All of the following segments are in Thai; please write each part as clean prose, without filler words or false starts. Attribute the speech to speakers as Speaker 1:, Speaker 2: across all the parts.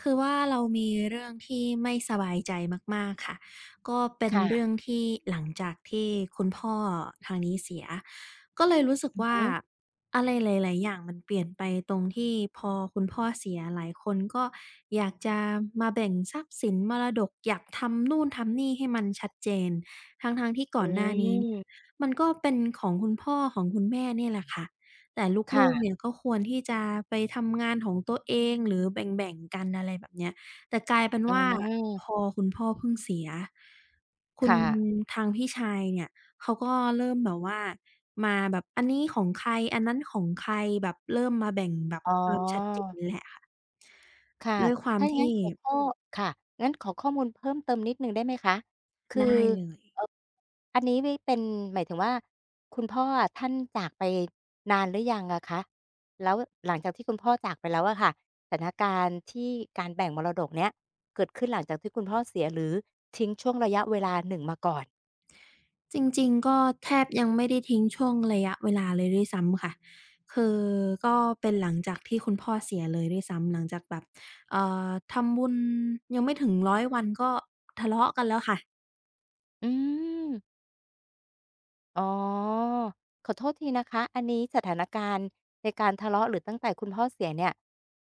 Speaker 1: คือว่าเรามีเรื่องที่ไม่สบายใจมากๆค่ะก็เป็นเรื่อง
Speaker 2: ค่ะ
Speaker 1: ที่หลังจากที่คุณพ่อทางนี้เสียก็เลยรู้สึก
Speaker 2: อือ
Speaker 1: ว่า
Speaker 2: ฮึ
Speaker 1: อะไรหลายๆอย่างมันเปลี่ยนไปตรงที่พอคุณพ่อเสียหลายคนก็อยากจะมาแบ่งทรัพย์สินมรดกอยากทำนู่นทำนี่ให้มันชัดเจนทั้งๆที่ก่อ
Speaker 2: อื
Speaker 1: นหน้านี้เนี่ย
Speaker 2: ม
Speaker 1: มันก็เป็นของคุณพ่อของคุณแม่เนี่ยแหละค่ะ แต่ลูกๆเนี่
Speaker 2: ค่ะ
Speaker 1: ยก็ควรที่จะไปทำงานของตัวเองหรือแบ่งๆกันอะไรแบบเนี้ยแต่กลายเป็น
Speaker 2: อื
Speaker 1: ว่าพอ
Speaker 2: ม
Speaker 1: คุณพ่อเพิ่งเสียคุณ
Speaker 2: ค่ะ
Speaker 1: ทางพี่ชายเนี่ยเขาก็เริ่มแบบว่ามาแบบอันนี้ของใครอันนั้นของใครแบบเริ่มมาแบ่งแบบ
Speaker 2: อ๋
Speaker 1: ความชัดเจ
Speaker 2: อ
Speaker 1: นแหละค่ะ
Speaker 2: ค่ะ
Speaker 1: ด้วยความ
Speaker 2: ถ้าอย่างงั้น
Speaker 1: ที่
Speaker 2: ขอข้อค่ะงั้นขอข้อมูลเพิ่มเติมนิดหนึ่งได้ไหมคะคือ
Speaker 1: ได้เลย
Speaker 2: เอ่ออันนี้นี่เป็นหมายถึงว่าคุณพ่ออะท่านจากไปนานหรือยังอะคะแล้วหลังจากที่คุณพ่อจากไปแล้วอะค่ะสถานการณ์ที่การแบ่งมรดกเนี้ยเกิดขึ้นหลังจากที่คุณพ่อเสียหรือทิ้งช่วงระยะเวลาหนึ่งมาก่อน
Speaker 1: จริงๆก็แทบยังไม่ได้ทิ้งช่วงระยะเวลาเลยด้วยซ้ำค่ะคือก็เป็นหลังจากที่คุณพ่อเสียเลยด้วยซ้ำหลังจากแบบทำบุญยังไม่ถึง100 วันก็ทะเลาะกันแล้วค่ะ
Speaker 2: อืม อ๋อขอโทษทีนะคะอันนี้สถานการณ์ในการทะเลาะหรือตั้งแต่คุณพ่อเสียเนี่ย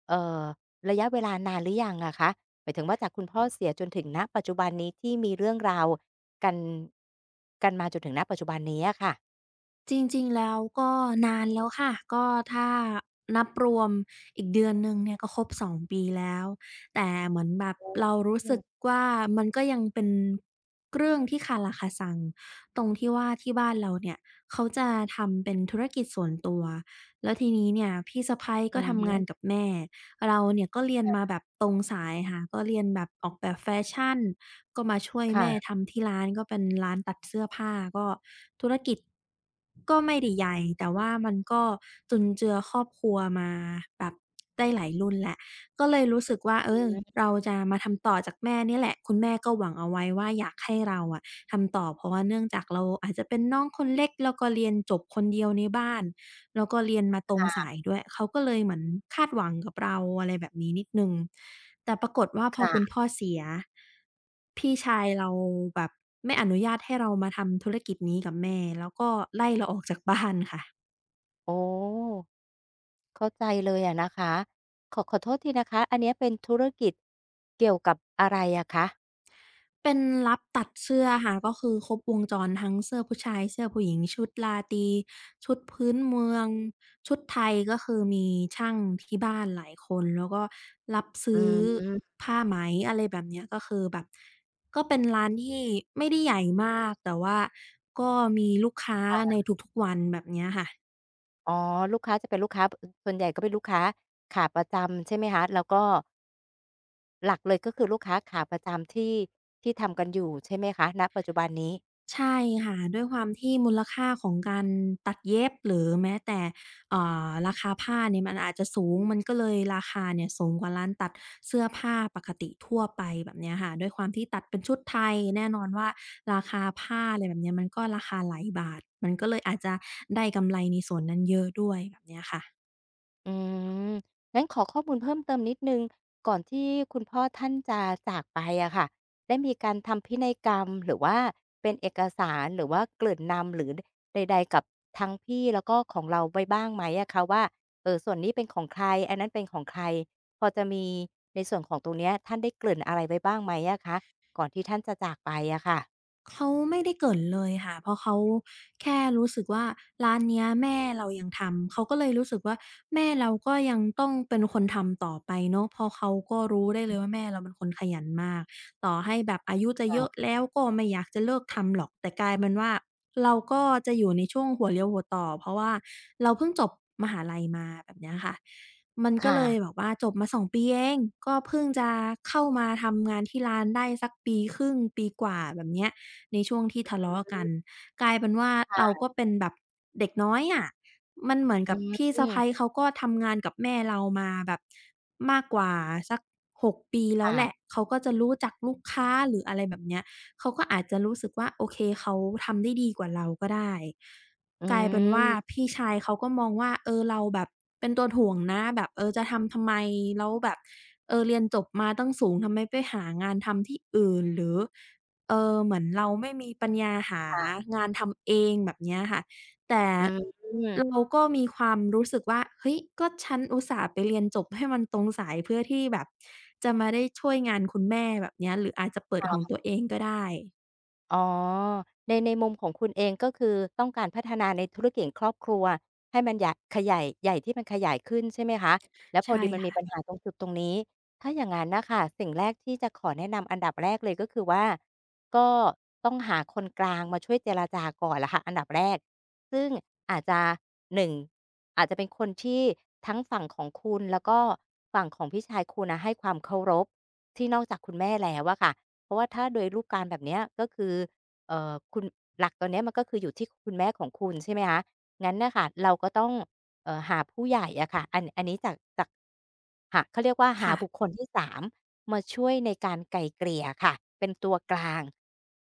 Speaker 2: เอ่อระยะเวลานานหรือยังอะคะหมายถึงว่าจากคุณพ่อเสียจนถึงณปัจจุบันนี้ที่มีเรื่องราวกันกันมาจนถึงณปัจจุบันนี้อะค่ะ
Speaker 1: จริงๆ แล้วก็นานแล้วค่ะก็ถ้านับรวมอีกเดือนหนึ่งเนี่ยก็ครบสองปีแล้วแต่เหมือนแบบเรารู้
Speaker 2: อื
Speaker 1: สึก
Speaker 2: ม
Speaker 1: ว่ามันก็ยังเป็นเรื่องที่คาราคาซังตรงที่ว่าที่บ้านเราเนี่ยเขาจะทำเป็นธุรกิจส่วนตัวแล้วทีนี้เนี่ยพี่สะใภ้
Speaker 2: อื
Speaker 1: ก็
Speaker 2: อฮึ
Speaker 1: ทำงานกับแม่เราเนี่ยก็เรียนมาแบบตรงสายค่ะก็เรียนแบบออกแบบแฟชั่น ก็มาช่วยแม่
Speaker 2: ค่ะ
Speaker 1: ทำที่ร้านก็เป็นร้านตัดเสื้อผ้าก็ธุรกิจก็ไม่ได้ใหญ่แต่ว่ามันก็จุนเจือครอบครัวมาแบบได้หลายรุ่นแหละก็เลยรู้สึกว่าเออเราจะมาทำต่อจากแม่เนี่ยแหละคุณแม่ก็หวังเอาไว้ว่าอยากให้เราอะทำต่อเพราะว่าเนื่องจากเราอาจจะเป็นน้องคนเล็กแล้วก็เรียนจบคนเดียวในบ้าน แล้วก็เรียนมาตรงสายด้วย เขาก็เลยเหมือนคาดหวังกับเราอะไรแบบนี้นิดหนึ่งแต่ปรากฏว่าพอคุณ
Speaker 2: ค่ะ
Speaker 1: พ่อเสีย พี่ชายเราแบบไม่อนุญาตให้เรามาทำธุรกิจนี้กับแม่ แล้วก็ไล่เราออกจากบ้านค่ะ
Speaker 2: โอ้เข้าใจเลยอะนะคะขอโทษทีนะคะอันเนี้ยเป็นธุรกิจเกี่ยวกับอะไรอะคะ
Speaker 1: เป็นรับตัดเสื้อค่ะก็คือครบวงจรทั้งเสื้อผู้ชายเสื้อผู้หญิงชุดราตรีชุดพื้นเมืองชุดไทยก็คือมีช่างที่บ้านหลายคนแล้วก็รับ
Speaker 2: อื
Speaker 1: ซื้อ
Speaker 2: ม
Speaker 1: ผ้าไหมอะไรแบบเนี้ยก็คือแบบก็เป็นร้านที่ไม่ได้ใหญ่มากแต่ว่าก็มีลูกค้าในทุกๆวันแบบเนี้ยค่ะ
Speaker 2: อ๋อลูกค้าจะเป็นลูกค้าอส่วนใหญ่ก็เป็นลูกค้าขาประจำใช่ไหมคะแล้วก็หลักเลยก็คือลูกค้าขาประจำที่ที่ทำกันอยู่ใช่ไหมคะณปัจจุบันนี้
Speaker 1: ใช่ค่ะด้วยความที่มูลค่าของการตัดเย็บหรือแม้แต่อ่ราคาผ้าเนี่ยมันอาจจะสูงมันก็เลยราคาเนี่ยสูงกว่าร้านตัดเสื้อผ้าปกติทั่วไปแบบเนี้ยค่ะด้วยความที่ตัดเป็นชุดไทยแน่นอนว่าราคาผ้าอะไรแบบเนี้ยมันก็ราคาหลายบาทมันก็เลยอาจจะได้กำไรในส่วนนั้นเยอะด้วยแบบเนี้ยค่ะ
Speaker 2: อืมงั้นขอข้อมูลเพิ่มเติมนิดนึงก่อนที่คุณพ่อท่านจะจากไปอะค่ะได้มีการทำพินัยกรรมหรือว่าเป็นเอกสารหรือว่าเกริ่นนำหรือใดๆกับทั้งพี่แล้วก็ของเราไว้บ้างไหมอะคะว่าเออส่วนนี้เป็นของใครอันนั้นเป็นของใครพอจะมีในส่วนของตรงเนี้ยท่านได้เกริ่นอะไรไว้บ้างไหมอะคะก่อนที่ท่านจะจากไปอะค่ะ
Speaker 1: เขาไม่ได้เกริ่นเลยค่ะเพราะเขาแค่รู้สึกว่าร้านเนี้ยแม่เรายังทำเขาก็เลยรู้สึกว่าแม่เราก็ยังต้องเป็นคนทำต่อไปเนาะเพราะเขาก็รู้ได้เลยว่าแม่เราเป็นคนขยันมาก ต่อให้แบบอายุจะเยอะ
Speaker 2: ค่ะ
Speaker 1: แล้วก็ไม่อยากจะเลิกทำหรอกแต่กลายเป็นว่าเราก็จะอยู่ในช่วงหัวเลี้ยวหัวต่อเพราะว่าเราเพิ่งจบมหาลัยมาแบบเนี้ยค่ะมันก็
Speaker 2: ค่ะ
Speaker 1: เลยแบบว่าจบมาสองปีเองก็เพิ่งจะเข้ามาทำงานที่ร้านได้สักปีครึ่งปีกว่าแบบเนี้ยในช่วงที่ทะเลาะกัน กลายเป็นว่าเรา
Speaker 2: ค่ะ
Speaker 1: ก็เป็นแบบเด็กน้อยอะมันเหมือน
Speaker 2: อื
Speaker 1: กับพี่สะใภ้
Speaker 2: ม
Speaker 1: เขาก็ทำงานกับแม่เรามาแบบมากกว่าสัก6ปีแล้วแหละ
Speaker 2: ค่ะ
Speaker 1: เขาก็จะรู้จักลูกค้าหรืออะไรแบบเนี้ยเขาก็อาจจะรู้สึกว่าโอเคเขาทำได้ดีกว่าเราก็ได้
Speaker 2: อื
Speaker 1: กลายเป็นว่า
Speaker 2: ม
Speaker 1: พี่ชายเขาก็มองว่าเออเราแบบเป็นตัวถ่วงนะแบบเออจะทำทำไมแล้วแบบเออเรียนจบมาตั้งสูงทำไมไปหางานทำที่อื่นหรือ เออเหมือนเราไม่มีปัญญาหา
Speaker 2: ค่ะ
Speaker 1: งานทำเองแบบเนี้ยค่ะแต่
Speaker 2: อืม
Speaker 1: เราก็มีความรู้สึกว่าเฮ้ยก็ฉันอุตส่าห์ไปเรียนจบให้มันตรงสายเพื่อที่แบบจะมาได้ช่วยงานคุณแม่แบบเนี้ยหรืออาจจะเปิด
Speaker 2: ค่
Speaker 1: ของ
Speaker 2: ะ
Speaker 1: ตัวเองก็ได้
Speaker 2: อ๋อในในมุมของคุณเองก็คือต้องการพัฒนาในธุรกิจครอบครัวให้มันใหญ่ขยายใหญ่ที่มันขยายขึ้นใช่ไหมคะแล้วพอ
Speaker 1: ใช่
Speaker 2: ดีมันมี
Speaker 1: ค่ะ
Speaker 2: ปัญหาตรงจุดตรงนี้ถ้าอย่างงั้นน่ะค่ะสิ่งแรกที่จะขอแนะนำอันดับแรกเลยก็คือว่าก็ต้องหาคนกลางมาช่วยเจรจาก่อนล่ะค่ะอันดับแรกซึ่งอาจจะหนึ่งอาจจะเป็นคนที่ทั้งฝั่งของคุณแล้วก็ฝั่งของพี่ชายคุณน่ะให้ความเคารพที่นอกจากคุณแม่แล้วอะค่ะ เพราะว่าถ้าโดยรูปการณ์แบบเนี้ยก็คือคุณหลักตอนเนี้ยมันก็คืออยู่ที่คุณแม่ของคุณใช่ไหมคะงั้นน่ะค่ะเราก็ต้องหาผู้ใหญ่อะค่ะอันอันนี้จากหาเขาเรียกว่าหา
Speaker 1: ค่ะ
Speaker 2: บุคคลที่3มมาช่วยในการไกล่เกลี่ยค่ะเป็นตัวกลาง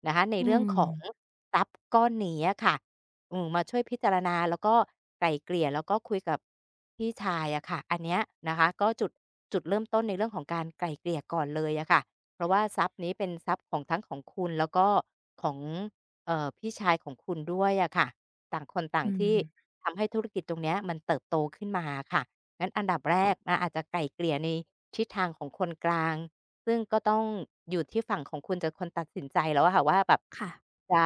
Speaker 2: นะคะใน
Speaker 1: อื
Speaker 2: เรื่อ
Speaker 1: ม
Speaker 2: งของทรัพย์ก้อนนี้อะค่ะอืมมาช่วยพิจารณาแล้วก็ไกล่เกลี่ยแล้วก็คุยกับพี่ชายอะค่ะอันเนี้ยนะคะก็จุดจุดเริ่มต้นในเรื่องของการไกล่เกลี่ยก่อนเลยอะค่ะ เพราะว่าทรัพย์นี้เป็นทรัพย์ของทั้งของคุณแล้วก็ของพี่ชายของคุณด้วยอะค่ะต่างคนต่าง
Speaker 1: อืม
Speaker 2: ที่ทำให้ธุรกิจตรงเนี้ยมันเติบโตขึ้นมาอะค่ะงั้นอันดับแรกเราอาจจะไกล่เกลี่ยในทิศทางของคนกลางซึ่งก็ต้องอยู่ที่ฝั่งของคุณจะคนตัดสินใจแล้วอะค่ะว่าแบบ
Speaker 1: ค่ะ
Speaker 2: จะ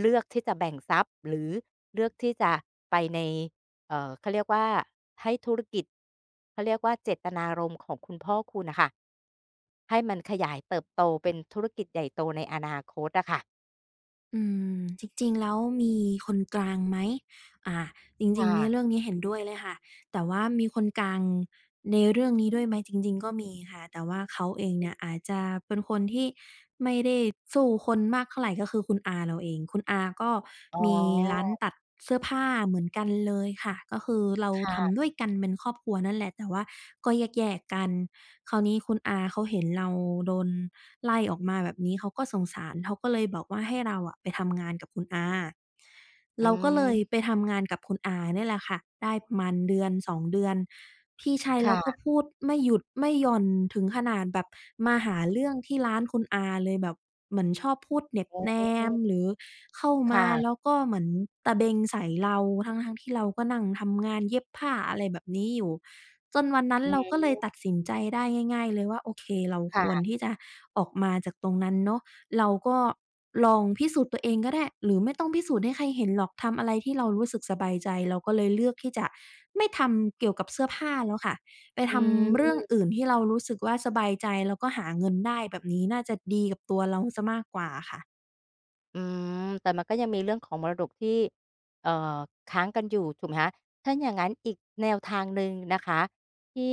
Speaker 2: เลือกที่จะแบ่งทรัพย์หรือเลือกที่จะไปในเขาเรียกว่าให้ธุรกิจเขาเรียกว่าเจตนารมณ์ของคุณพ่อคุณน่ะค่ะ ให้มันขยายเติบโตเป็นธุรกิจใหญ่โตในอนาคตอะค่ะ
Speaker 1: อืมจริงๆแล้วมีคนกลางไหมอ่าจริงๆ
Speaker 2: ค่ะ
Speaker 1: เนี่ยเรื่องนี้เห็นด้วยเลยค่ะแต่ว่ามีคนกลางในเรื่องนี้ด้วยไหมจริงๆก็มีค่ะแต่ว่าเขาเองเนี่ยอาจจะเป็นคนที่ไม่ได้สู้คนมากเท่าไรก็คือคุณอาเราเองคุณอาก็
Speaker 2: อ๋อ
Speaker 1: มีร้านตัดเสื้อผ้าเหมือนกันเลยค่ะก็คือเรา
Speaker 2: ค่ะ
Speaker 1: ทำด้วยกันเป็นครอบครัวนั่นแหละแต่ว่าก็แยกๆกันคราวนี้คุณอาเขาเห็นเราโดน ไล่ออกมาแบบนี้เขาก็สงสารเขาก็เลยบอกว่าให้เราอะไปทำงานกับคุณอา
Speaker 2: อื
Speaker 1: เราก็เลยไป
Speaker 2: ม
Speaker 1: ทำงานกับคุณอาเนี่ยแหละค่ะได้ประมาณเดือน2เดือนพี่ชายเราก็
Speaker 2: ค่ะ
Speaker 1: พูดไม่หยุดไม่หย่อนถึงขนาดแบบมาหาเรื่องที่ร้านคุณอาเลยแบบเหมือนชอบพูดเหน็บ
Speaker 2: อ๋
Speaker 1: แน
Speaker 2: อ
Speaker 1: มหรือเข้ามาแล้
Speaker 2: ค่ะ
Speaker 1: วก็เหมือนตะเบงใส่เราทั้งๆที่เราก็นั่งทำงานเย็บผ้าอะไรแบบนี้อยู่ จนวันนั้น
Speaker 2: อื
Speaker 1: เราก็
Speaker 2: ม
Speaker 1: เลยตัดสินใจได้ง่ายๆเลยว่าโอเคเราควร
Speaker 2: ค่ะ
Speaker 1: ที่จะออกมาจากตรงนั้นเนาะเราก็ลองพิสูจน์ตัวเองก็ได้หรือไม่ต้องพิสูจน์ให้ใครเห็นหรอกทำอะไรที่เรารู้สึกสบายใจเราก็เลยเลือกที่จะไม่ทำเกี่ยวกับเสื้อผ้าแล้วค่ะไปท
Speaker 2: อื
Speaker 1: ำเรื่อ
Speaker 2: ม
Speaker 1: งอื่นที่เรารู้สึกว่าสบายใจแล้วก็หาเงินได้แบบนี้น่าจะดีกับตัวเราเสียมากกว่าค่ะ
Speaker 2: อืมแต่มันก็ยังมีเรื่องของมรดกที่เอ่อค้างกันอยู่ถูกไหมคะถ้าอย่างงั้นอีกแนวทางหนึ่งนะคะที่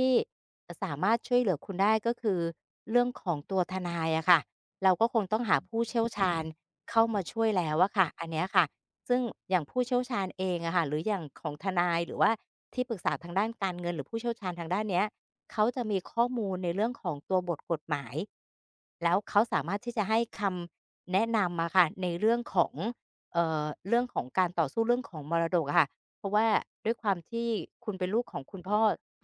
Speaker 2: อสามารถช่วยเหลือคุณได้ก็คือเรื่องของตัวทนายอะค่ะเราก็คงต้องหาผู้เชี่ยวชาญเข้ามาช่วยแล้วอะค่ะอันเนี้ยค่ะซึ่งอย่างผู้เชี่ยวชาญเองอะค่ะหรืออย่างของทนายหรือว่าที่ปรึกษาทางด้านการเงินหรือผู้เชี่ยวชาญทางด้านเนี้ยเขาจะมีข้อมูลในเรื่องของตัวบทกฎหมายแล้วเขาสามารถที่จะให้คำ แนะนำมาค่ะในเรื่องของเรื่องของการต่อสู้เรื่องของมรดกอะค่ะเพราะว่าด้วยความที่คุณเป็นลูกของคุณพ่อ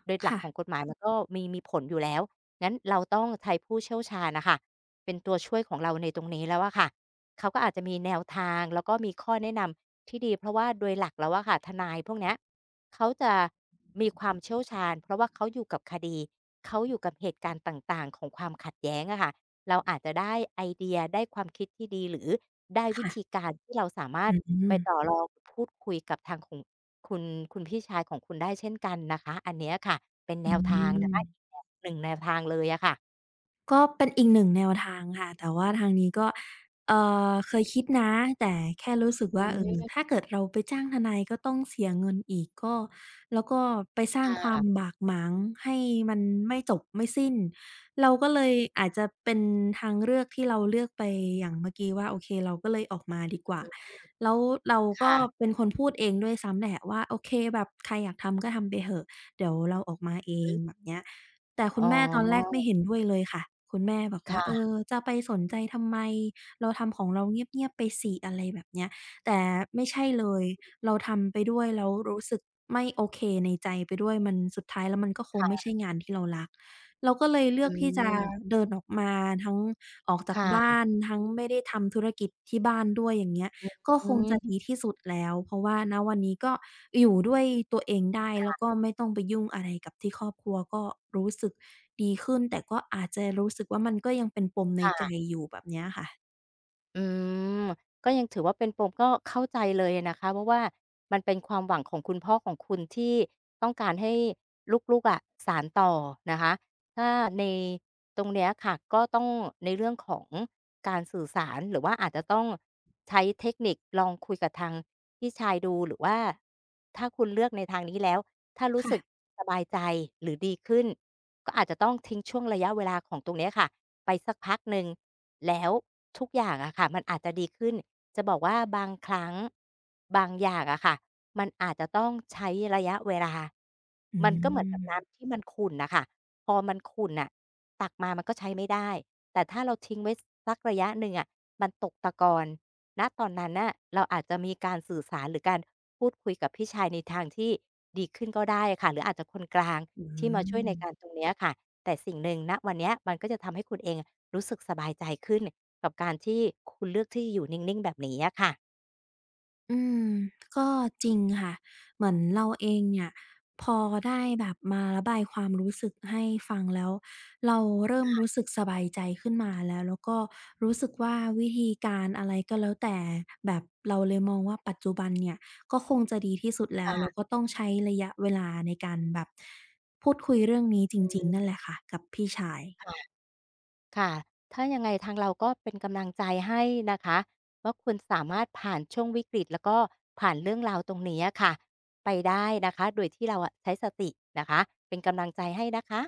Speaker 2: โดยหลัก
Speaker 1: ค่ะ
Speaker 2: ของกฎหมายมันก็มีผลอยู่แล้วงั้นเราต้องใช้ผู้เชี่ยวชาญน่ะค่ะเป็นตัวช่วยของเราในตรงนี้แล้วอะค่ะเขาก็อาจจะมีแนวทางแล้วก็มีข้อแนะนำที่ดีเพราะว่าโดยหลักแล้วอะค่ะทนายพวกเนี้ยเขาจะมีความเชี่ยวชาญเพราะว่าเขาอยู่กับคดีเขาอยู่กับเหตุการณ์ต่างๆของความขัดแย้งอะค่ะ เราอาจจะได้ไอเดียได้ความคิดที่ดีหรือได้วิธี
Speaker 1: ค่ะ
Speaker 2: การที่เราสามาร
Speaker 1: อื
Speaker 2: ถไปต่อ
Speaker 1: ม
Speaker 2: รองพูดคุยกับทางของคุณคุณพี่ชายของคุณได้เช่นกันนะคะอันเนี้ยค่ะเป็นแน
Speaker 1: อื
Speaker 2: วทางนะ
Speaker 1: ม
Speaker 2: คะอีกแนวหนึ่งแนวทางเลยอะค่ะ
Speaker 1: ก็เป็นอีกหนึ่งแนวทางค่ะแต่ว่าทางนี้ก็เอ่เคยคิดนะแต่แค่รู้สึก
Speaker 2: อื
Speaker 1: ว่าเออ
Speaker 2: ม
Speaker 1: ถ้าเกิดเราไปจ้างทนายก็ต้องเสียเงินอีกก็แล้วก็ไปสร้า
Speaker 2: ค
Speaker 1: งความ
Speaker 2: ่ะ
Speaker 1: บากหมางให้มันไม่จบไม่สิ้นเราก็เลยอาจจะเป็นทางเลือกที่เราเลือกไปอย่างเมื่อกี้ว่าโอเคเราก็เลยออกมาดีกว่าแล้วเราก็
Speaker 2: ค่ะ
Speaker 1: เป็นคนพูดเองด้วยซ้ำแหละว่าโอเคแบบใครอยากทำก็ทำไปเถอะเดี๋ยวเราออกมาเอ
Speaker 2: อือฮึ
Speaker 1: งแบบเนี้ย แต่คุ
Speaker 2: อ๋
Speaker 1: ณ
Speaker 2: อ
Speaker 1: แม่ตอนแรกไม่เห็นด้วยเลยค่ะ คุณแม่บอกว่า เออ
Speaker 2: ค่ะ
Speaker 1: จะไปสนใจทำไม เราทำของเราเงียบๆไปสิอะไรแบบเนี้ยแต่ไม่ใช่เลย เราทำไปด้วยแล้วรู้สึกไม่โอเคในใจไปด้วย มันสุดท้ายแล้วมันก็คงไม่ใช่งานที่เรารัก เราก็เลยเลื
Speaker 2: อื
Speaker 1: อกที่จะ
Speaker 2: ม
Speaker 1: เดินออกมาทั้งออกจากบ้า
Speaker 2: ค่ะ
Speaker 1: นทั้งไม่ได้ทำธุรกิจที่บ้านด้วยอย่างเงี้ย ก็
Speaker 2: อื
Speaker 1: คงจะ
Speaker 2: ม
Speaker 1: ดีที่สุดแล้วเพราะว่าณวันนี้ก็อยู่ด้วยตัวเองได้แล้วก็ไม่ต้องไปยุ่งอะไรกับที่ครอบครัวก็รู้สึกดีขึ้นแต่ก็อาจจะรู้สึกว่ามันก็ยังเป็นปมในใจ
Speaker 2: ค่ะ
Speaker 1: อยู่แบบเนี้ยค่ะ
Speaker 2: อืมก็ยังถือว่าเป็นปมก็เข้าใจเลยอะนะคะเพราะว่ามันเป็นความหวังของคุณพ่อของคุณที่ต้องการให้ลูกๆอะสานต่อนะคะถ้าในตรงเนี้ยค่ะก็ต้องในเรื่องของการสื่อสารหรือว่าอาจจะต้องใช้เทคนิคลองคุยกับทางพี่ชายดูหรือว่าถ้าคุณเลือกในทางนี้แล้วถ้ารู้สึก
Speaker 1: ค่ะ
Speaker 2: สบายใจหรือดีขึ้น ก็อาจจะต้องทิ้งช่วงระยะเวลาของตรงเนี้ยค่ะไปสักพักหนึ่งแล้วทุกอย่างอะค่ะมันอาจจะดีขึ้นจะบอกว่าบางครั้งบางอย่างอะค่ะมันอาจจะต้องใช้ระยะเวลา
Speaker 1: อื
Speaker 2: มันก็เหมือนกับ
Speaker 1: ม
Speaker 2: น้ำที่มันขุ่นน่ะค่ะพอมันขุ่นน่ะตักมามันก็ใช้ไม่ได้แต่ถ้าเราทิ้งไว้สักระยะหนึ่งอะมันตกตะกอนณตอนนั้นน่ะเราอาจจะมีการสื่อสารหรือการพูดคุยกับพี่ชายในทางที่ดีขึ้นก็ได้อะค่ะหรืออาจจะคนกลาง
Speaker 1: อื
Speaker 2: ที่มาช่วย
Speaker 1: ม
Speaker 2: ในการตรงเนี้ยค่ะแต่สิ่งหนึ่งณวันเนี้ยมันก็จะทำให้คุณเองรู้สึกสบายใจขึ้นกับการที่คุณเลือกที่อยู่นิ่งๆแบบนี้อะค่ะ
Speaker 1: อืมก็จริงค่ะเหมือนเราเองเนี่ยพอได้แบบมาระบายความรู้สึกให้ฟังแล้วเราเริ่มรู้สึกสบายใจขึ้นมาแล้วแล้วก็รู้สึกว่าวิธีการอะไรก็แล้วแต่แบบเราเลยมองว่าปัจจุบันเนี่ยก็คงจะดีที่สุดแล้วแล้
Speaker 2: ค่ะ
Speaker 1: วก็ต้องใช้ระยะเวลาในการแบบพูดคุยเรื่องนี้จ
Speaker 2: อื
Speaker 1: ริงๆนั่น
Speaker 2: ม
Speaker 1: แหละค่ะกับพี่ชาย
Speaker 2: ค่ะค่ะถ้ายังไงทางเราก็เป็นกำลังใจให้นะคะว่าคุณสามารถผ่านช่วงวิกฤตแล้วก็ผ่านเรื่องราวตรงนี้อะค่ะไปได้นะคะโดยที่เราอะใช้สตินะคะเป็นกำลังใจให้นะคะ